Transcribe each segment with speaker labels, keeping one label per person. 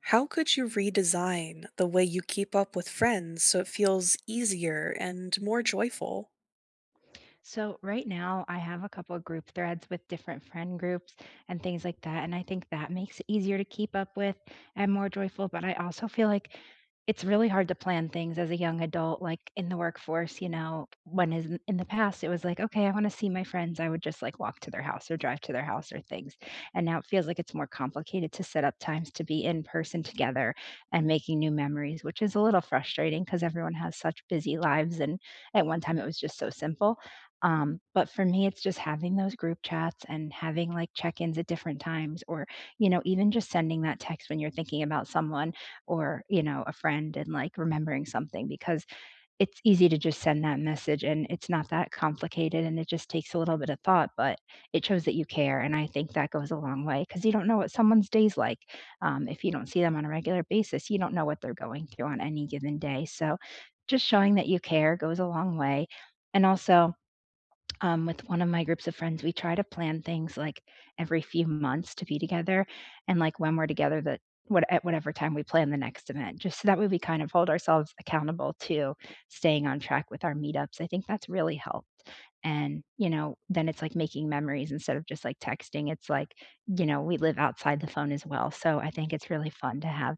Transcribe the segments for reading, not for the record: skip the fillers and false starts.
Speaker 1: How could you redesign the way you keep up with friends so it feels easier and more joyful?
Speaker 2: So right now I have a couple of group threads with different friend groups and things like that. And I think that makes it easier to keep up with and more joyful. But I also feel like it's really hard to plan things as a young adult, like in the workforce, you know, when is in the past it was like, okay, I want to see my friends. I would just like walk to their house or drive to their house or things. And now it feels like it's more complicated to set up times to be in person together and making new memories, which is a little frustrating because everyone has such busy lives. And at one time it was just so simple, but for me, it's just having those group chats and having like check ins at different times, or, you know, even just sending that text when you're thinking about someone or, you know, a friend and like remembering something because it's easy to just send that message and it's not that complicated and it just takes a little bit of thought, but it shows that you care. And I think that goes a long way because you don't know what someone's day's like. If you don't see them on a regular basis, you don't know what they're going through on any given day. So just showing that you care goes a long way. And also, with one of my groups of friends, we try to plan things like every few months to be together, and like when we're together, that what at whatever time we plan the next event, just so that way we kind of hold ourselves accountable to staying on track with our meetups. I think that's really helped and, you know, then it's like making memories instead of just like texting. It's like, you know, we live outside the phone as well. So I think it's really fun to have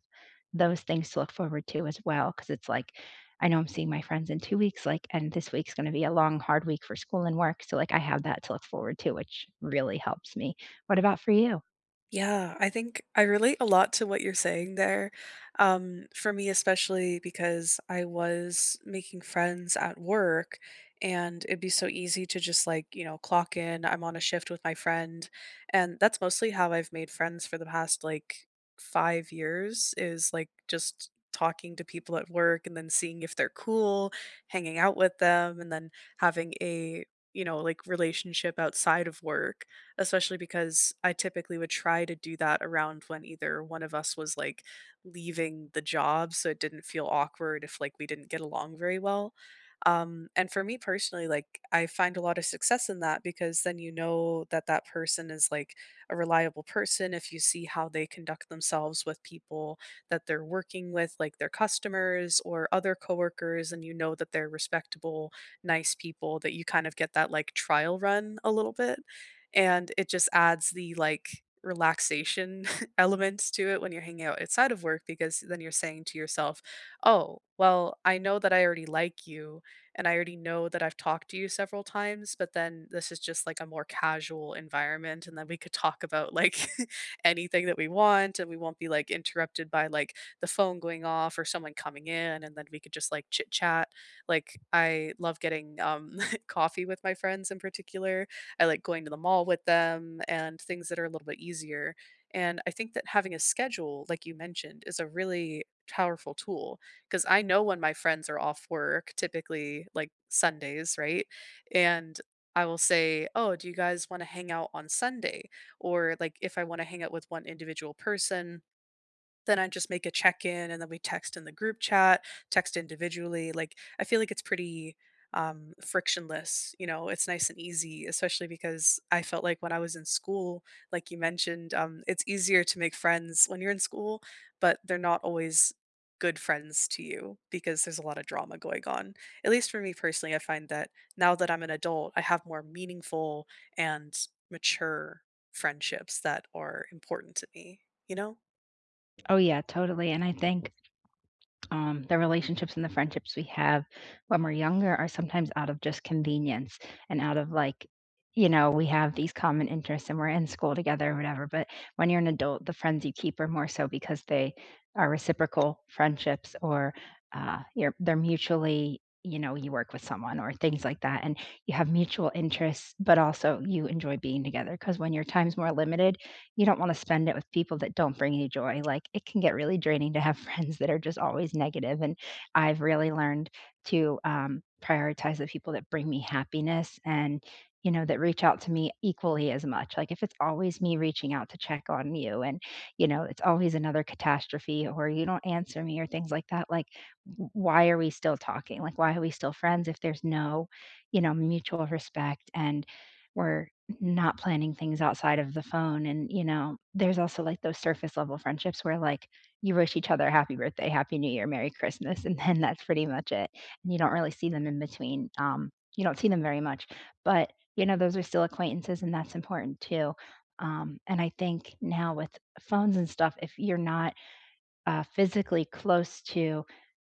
Speaker 2: those things to look forward to as well. Cause it's like, I know I'm seeing my friends in 2 weeks, like, and this week's going to be a long, hard week for school and work. So, like, I have that to look forward to, which really helps me. What about for you?
Speaker 1: Yeah, I think I relate a lot to what you're saying there. For me, especially because I was making friends at work, and it'd be so easy to just like, clock in. I'm on a shift with my friend. And that's mostly how I've made friends for the past like 5 years is like just talking to people at work and then seeing if they're cool, hanging out with them, and then having a, you know, like relationship outside of work, especially because I typically would try to do that around when either one of us was like leaving the job, so it didn't feel awkward if like we didn't get along very well. And for me personally, like I find a lot of success in that because then you know that that person is like a reliable person. If you see how they conduct themselves with people that they're working with, like their customers or other coworkers, and you know that they're respectable, nice people, that you kind of get that like trial run a little bit, and it just adds the like relaxation elements to it when you're hanging out outside of work, because then you're saying to yourself, "Oh, well, I know that I already like you and I already know that I've talked to you several times, but then this is just like a more casual environment, and then we could talk about like anything that we want and we won't be like interrupted by like the phone going off or someone coming in, and then we could just like chit chat." Like I love getting coffee with my friends in particular. I like going to the mall with them and things that are a little bit easier. And I think that having a schedule, like you mentioned, is a really powerful tool, because I know when my friends are off work, typically like Sundays, right? And I will say, "Oh, do you guys want to hang out on Sunday?" Or like if I want to hang out with one individual person, then I just make a check-in, and then we text in the group chat, text individually. Like, I feel like it's pretty, frictionless, you know, it's nice and easy, especially because I felt like when I was in school, like you mentioned, it's easier to make friends when you're in school, but they're not always good friends to you because there's a lot of drama going on. At least for me personally, I find that now that I'm an adult, I have more meaningful and mature friendships that are important to me, you know?
Speaker 2: Oh, yeah, totally. And I think the relationships and the friendships we have when we're younger are sometimes out of just convenience and out of like, you know, we have these common interests and we're in school together or whatever, but when you're an adult the friends you keep are more so because they are reciprocal friendships or, you're they're mutually, you know, you work with someone or things like that, and you have mutual interests but also you enjoy being together because when your time's more limited you don't wanna spend it with people that don't bring you joy, like, it can get really draining to have friends that are just always negative, negative. And I've really learned to, prioritize the people that bring me happiness and, you know, that reach out to me equally as much, like, if it's always me reaching out to check on you and, you know, it's always another catastrophe or you don't answer me or things like that, like, w why are we still talking? Like, why are we still friends if there's no, you know, mutual respect, and we're not planning things outside of the phone, and, you know, there's also, like, those surface level friendships where, like, you wish each other happy birthday, happy New Year, merry Christmas, and then that's pretty much it, and you don't really see them in between, you don't see them very much, but, you know, those are still acquaintances, and that's important too, and I think now with phones and stuff, if you're not, physically close to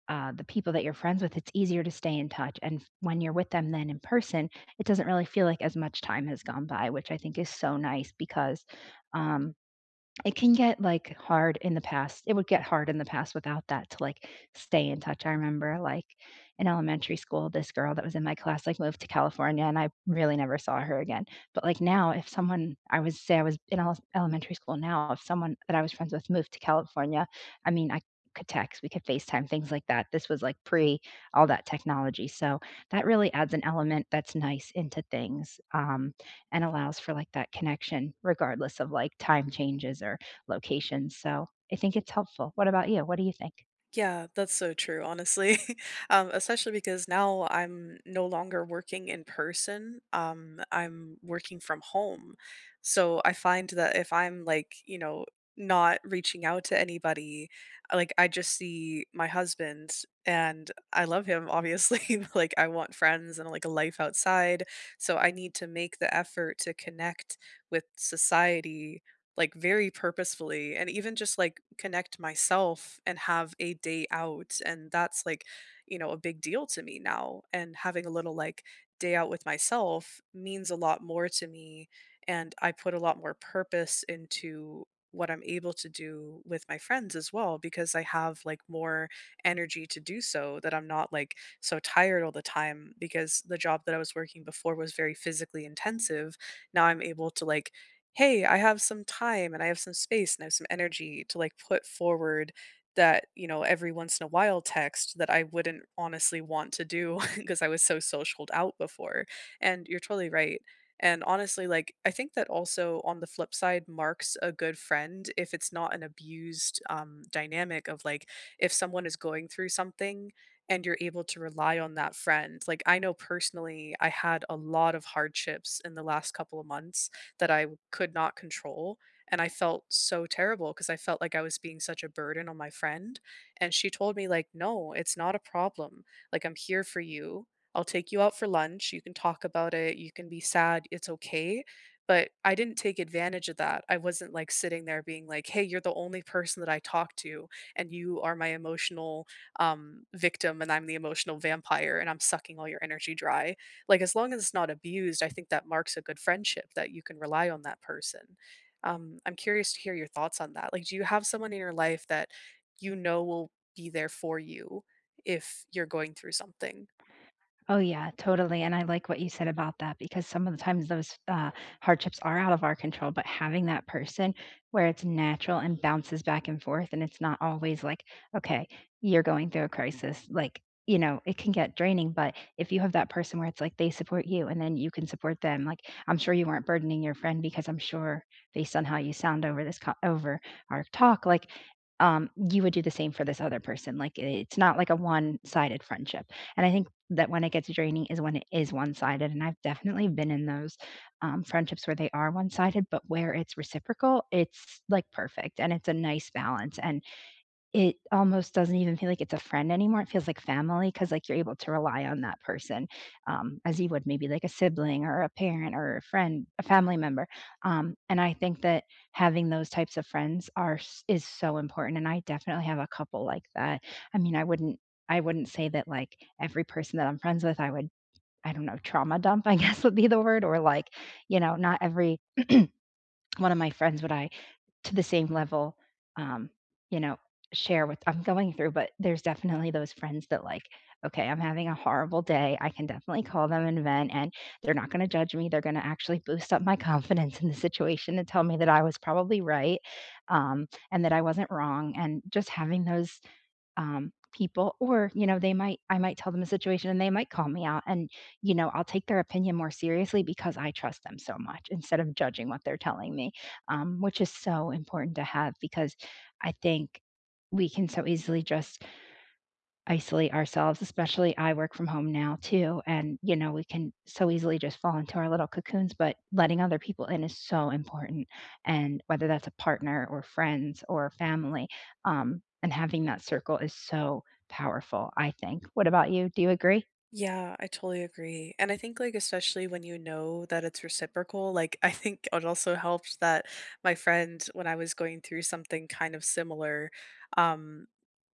Speaker 2: the people that you're friends with, it's easier to stay in touch. And when you're with them then in person, it doesn't really feel like as much time has gone by, which I think is so nice because, um, it can get, like, hard in the past. It would get hard in the past without that to, like, stay in touch. I remember, like, in elementary school, this girl that was in my class, like, moved to California, and I really never saw her again. But, like, now, if someone, I was say I was in elementary school now, if someone that I was friends with moved to California, I mean, I could text, we could FaceTime, things like that. This was, like, pre all that technology, so that really adds an element that's nice into things, and allows for like that connection regardless of like time changes or locations. So I think it's helpful. What about you? What do you think?
Speaker 1: Yeah, that's so true, honestly. Especially because now I'm no longer working in person. I'm working from home. So I find that if I'm like, you know, not reaching out to anybody, like I just see my husband and I love him, obviously. But, like I want friends and like a life outside. So I need to make the effort to connect with society, like, very purposefully, and even just like connect myself and have a day out, and that's like, you know, a big deal to me now. And having a little like day out with myself means a lot more to me, and I put a lot more purpose into what I'm able to do with my friends as well, because I have like more energy to do so, that I'm not like so tired all the time. Because the job that I was working before was very physically intensive, now I'm able to like, hey, I have some time and I have some space and I have some energy to like put forward that, you know, every once in a while text that I wouldn't honestly want to do because I was so socialed out before. And you're totally right. And honestly, like, I think that also on the flip side marks a good friend if it's not an abused dynamic of like, if someone is going through something and you're able to rely on that friend. Like, I know personally, I had a lot of hardships in the last couple of months that I could not control, and I felt so terrible because I felt like I was being such a burden on my friend, and she told me like, "No, it's not a problem. Like, I'm here for you. I'll take you out for lunch. You can talk about it. You can be sad. It's okay." But I didn't take advantage of that. I wasn't like sitting there being like, "Hey, you're the only person that I talk to, and you are my emotional victim, and I'm the emotional vampire, and I'm sucking all your energy dry." Like, as long as it's not abused, I think that marks a good friendship that you can rely on that person. I'm curious to hear your thoughts on that. Like, do you have someone in your life that you know will be there for you if you're going through something?
Speaker 2: Oh, yeah, totally, and I like what you said about that because some of the times those, hardships are out of our control, but having that person where it's natural and bounces back and forth and it's not always like, "Okay, you're going through a crisis," like, you know, it can get draining, but if you have that person where it's like they support you and then you can support them, like, I'm sure you weren't burdening your friend because I'm sure based on how you sound over this co over our talk, like, you would do the same for this other person, like, it's not like a one-sided friendship, and I think that when it gets draining is when it is one-sided, and I've definitely been in those, friendships where they are one-sided, but where it's reciprocal, it's, like, perfect, and it's a nice balance, and it almost doesn't even feel like it's a friend anymore, it feels like family because, like, you're able to rely on that person, as you would maybe, like, a sibling or a parent or a friend, a family member, and I think that having those types of friends are s is so important, and I definitely have a couple like that. I mean, I wouldn't say that, like, every person that I'm friends with, I would, I don't know, trauma dump, I guess, would be the word, or, like, you know, not every one of my friends would I to the same level, um, you know, share what I'm going through, but there's definitely those friends that like, okay, I'm having a horrible day. I can definitely call them and vent, and they're not going to judge me. They're going to actually boost up my confidence in the situation and tell me that I was probably right, and that I wasn't wrong. And just having those, people, or you know they might, I might tell them a situation and they might call me out, and you know I'll take their opinion more seriously because I trust them so much instead of judging what they're telling me, which is so important to have because I think we can so easily just isolate ourselves, especially I work from home now too, and, you know, we can so easily just fall into our little cocoons, but letting other people in is so important, and whether that's a partner or friends or family, and having that circle is so powerful, I think. What about you? Do you agree?
Speaker 1: Yeah, I totally agree. And I think like especially when you know that it's reciprocal, like I think it also helped that my friend, when I was going through something kind of similar, um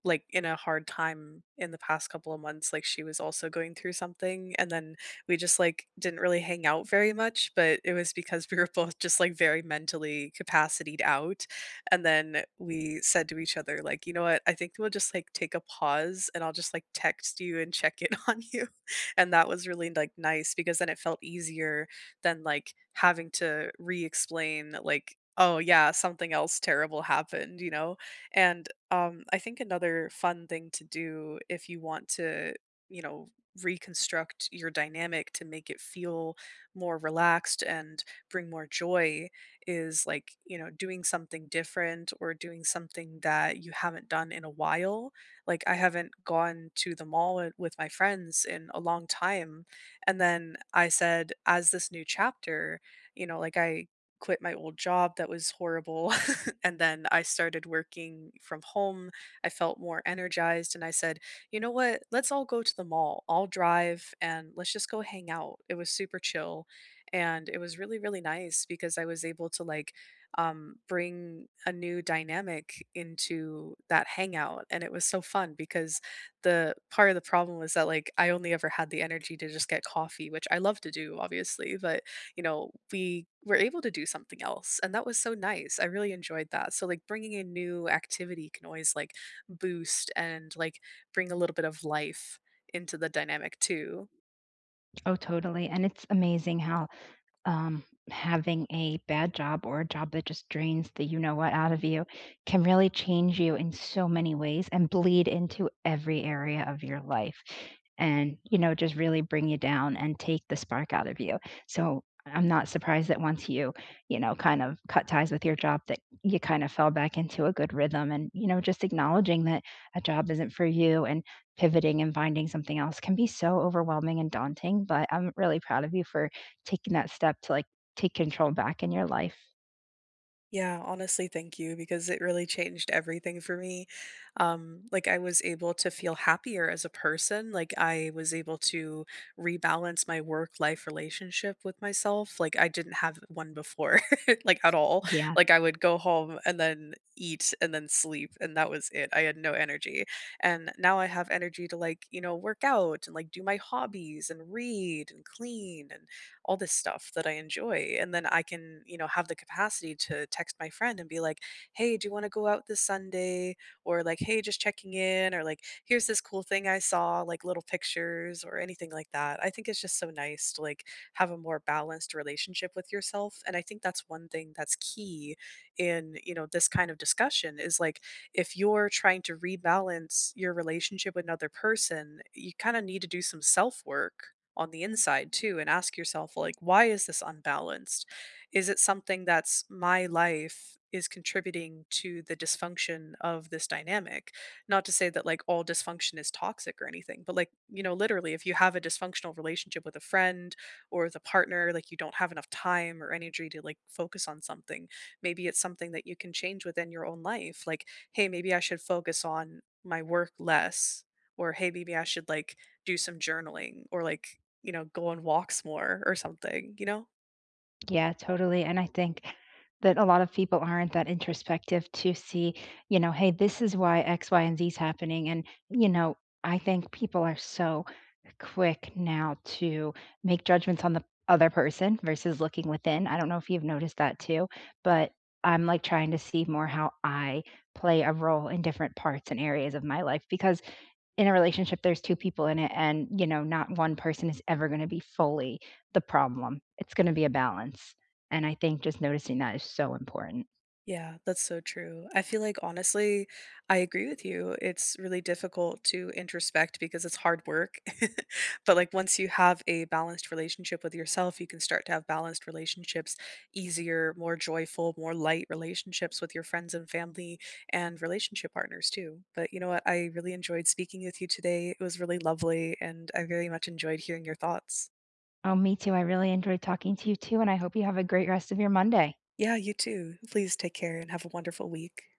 Speaker 1: like in a hard time in the past couple of months, like she was also going through something, and then we just like didn't really hang out very much, but it was because we were both just like very mentally capacitated out. And then we said to each other like, "You know what? I think we'll just like take a pause, and I'll just like text you and check in on you." And that was really, like, nice, because then it felt easier than, like, having to re-explain, like, "Oh, yeah, something else terrible happened," you know? And, I think another fun thing to do if you want to, you know, reconstruct your dynamic to make it feel more relaxed and bring more joy is, like, you know, doing something different or doing something that you haven't done in a while. Like, I haven't gone to the mall wi with my friends in a long time, and then I said, as this new chapter, you know, like, I quit my old job that was horrible, and then I started working from home. I felt more energized, and I said, "You know what? Let's all go to the mall. I'll drive, and let's just go hang out." It was super chill, and it was really, really nice because I was able to, like, bring a new dynamic into that hangout. And it was so fun, because the part of the problem was that like I only ever had the energy to just get coffee, which I love to do, obviously. But you know, we were able to do something else, and that was so nice. I really enjoyed that. So like bringing a new activity can always like boost and like bring a little bit of life into the dynamic too.
Speaker 2: Oh, totally, and it's amazing how, um, having a bad job or a job that just drains the you know what out of you can really change you in so many ways and bleed into every area of your life, and you know just really bring you down and take the spark out of you, so I'm not surprised that once you, you know, kind of cut ties with your job that you kind of fell back into a good rhythm, and you know just acknowledging that a job isn't for you and pivoting and finding something else can be so overwhelming and daunting, but I'm really proud of you for taking that step to, like, take control back in your life.
Speaker 1: Yeah, honestly, thank you, because it really changed everything for me. Like I was able to feel happier as a person. Like I was able to rebalance my work-life relationship with myself. Like I didn't have one before, like at all.
Speaker 2: Yeah.
Speaker 1: Like I would go home and then eat and then sleep, and that was it. I had no energy. And now I have energy to like, you know, work out and like do my hobbies and read and clean and all this stuff that I enjoy. And then I can, you know, have the capacity to text my friend and be like, hey, do you want to go out this Sunday? Or like, hey, just checking in, or like, here's this cool thing I saw, like little pictures or anything like that. I think it's just so nice to like have a more balanced relationship with yourself. And I think that's one thing that's key in, you know, this kind of discussion, is like if you're trying to rebalance your relationship with another person, you kind of need to do some self work on the inside too, and ask yourself like, why is this unbalanced? Is it something that's my life is contributing to the dysfunction of this dynamic? Not to say that like all dysfunction is toxic or anything, but like, you know, literally, if you have a dysfunctional relationship with a friend or with a partner, like you don't have enough time or energy to like focus on something, maybe it's something that you can change within your own life. Like, hey, maybe I should focus on my work less, or hey, maybe I should like do some journaling, or like, you know, go on walks more or something, you know?
Speaker 2: Yeah, totally, and I think that a lot of people aren't that introspective to see, you know, "Hey, this is why X, Y, and Z is happening," and, you know, I think people are so quick now to make judgments on the other person versus looking within. I don't know if you've noticed that too, but I'm, like, trying to see more how I play a role in different parts and areas of my life because in a relationship there's two people in it and you know not one person is ever going to be fully the problem, it's going to be a balance, and I think just noticing that is so important.
Speaker 1: Yeah, that's so true. I feel like honestly, I agree with you. It's really difficult to introspect because it's hard work. But like once you have a balanced relationship with yourself, you can start to have balanced relationships, easier, more joyful, more light relationships with your friends and family and relationship partners too. But you know what? I really enjoyed speaking with you today. It was really lovely and I very much enjoyed hearing your thoughts.
Speaker 2: Oh, me too, I really enjoyed talking to you too, and I hope you have a great rest of your Monday.
Speaker 1: Yeah, you too. Please take care and have a wonderful week.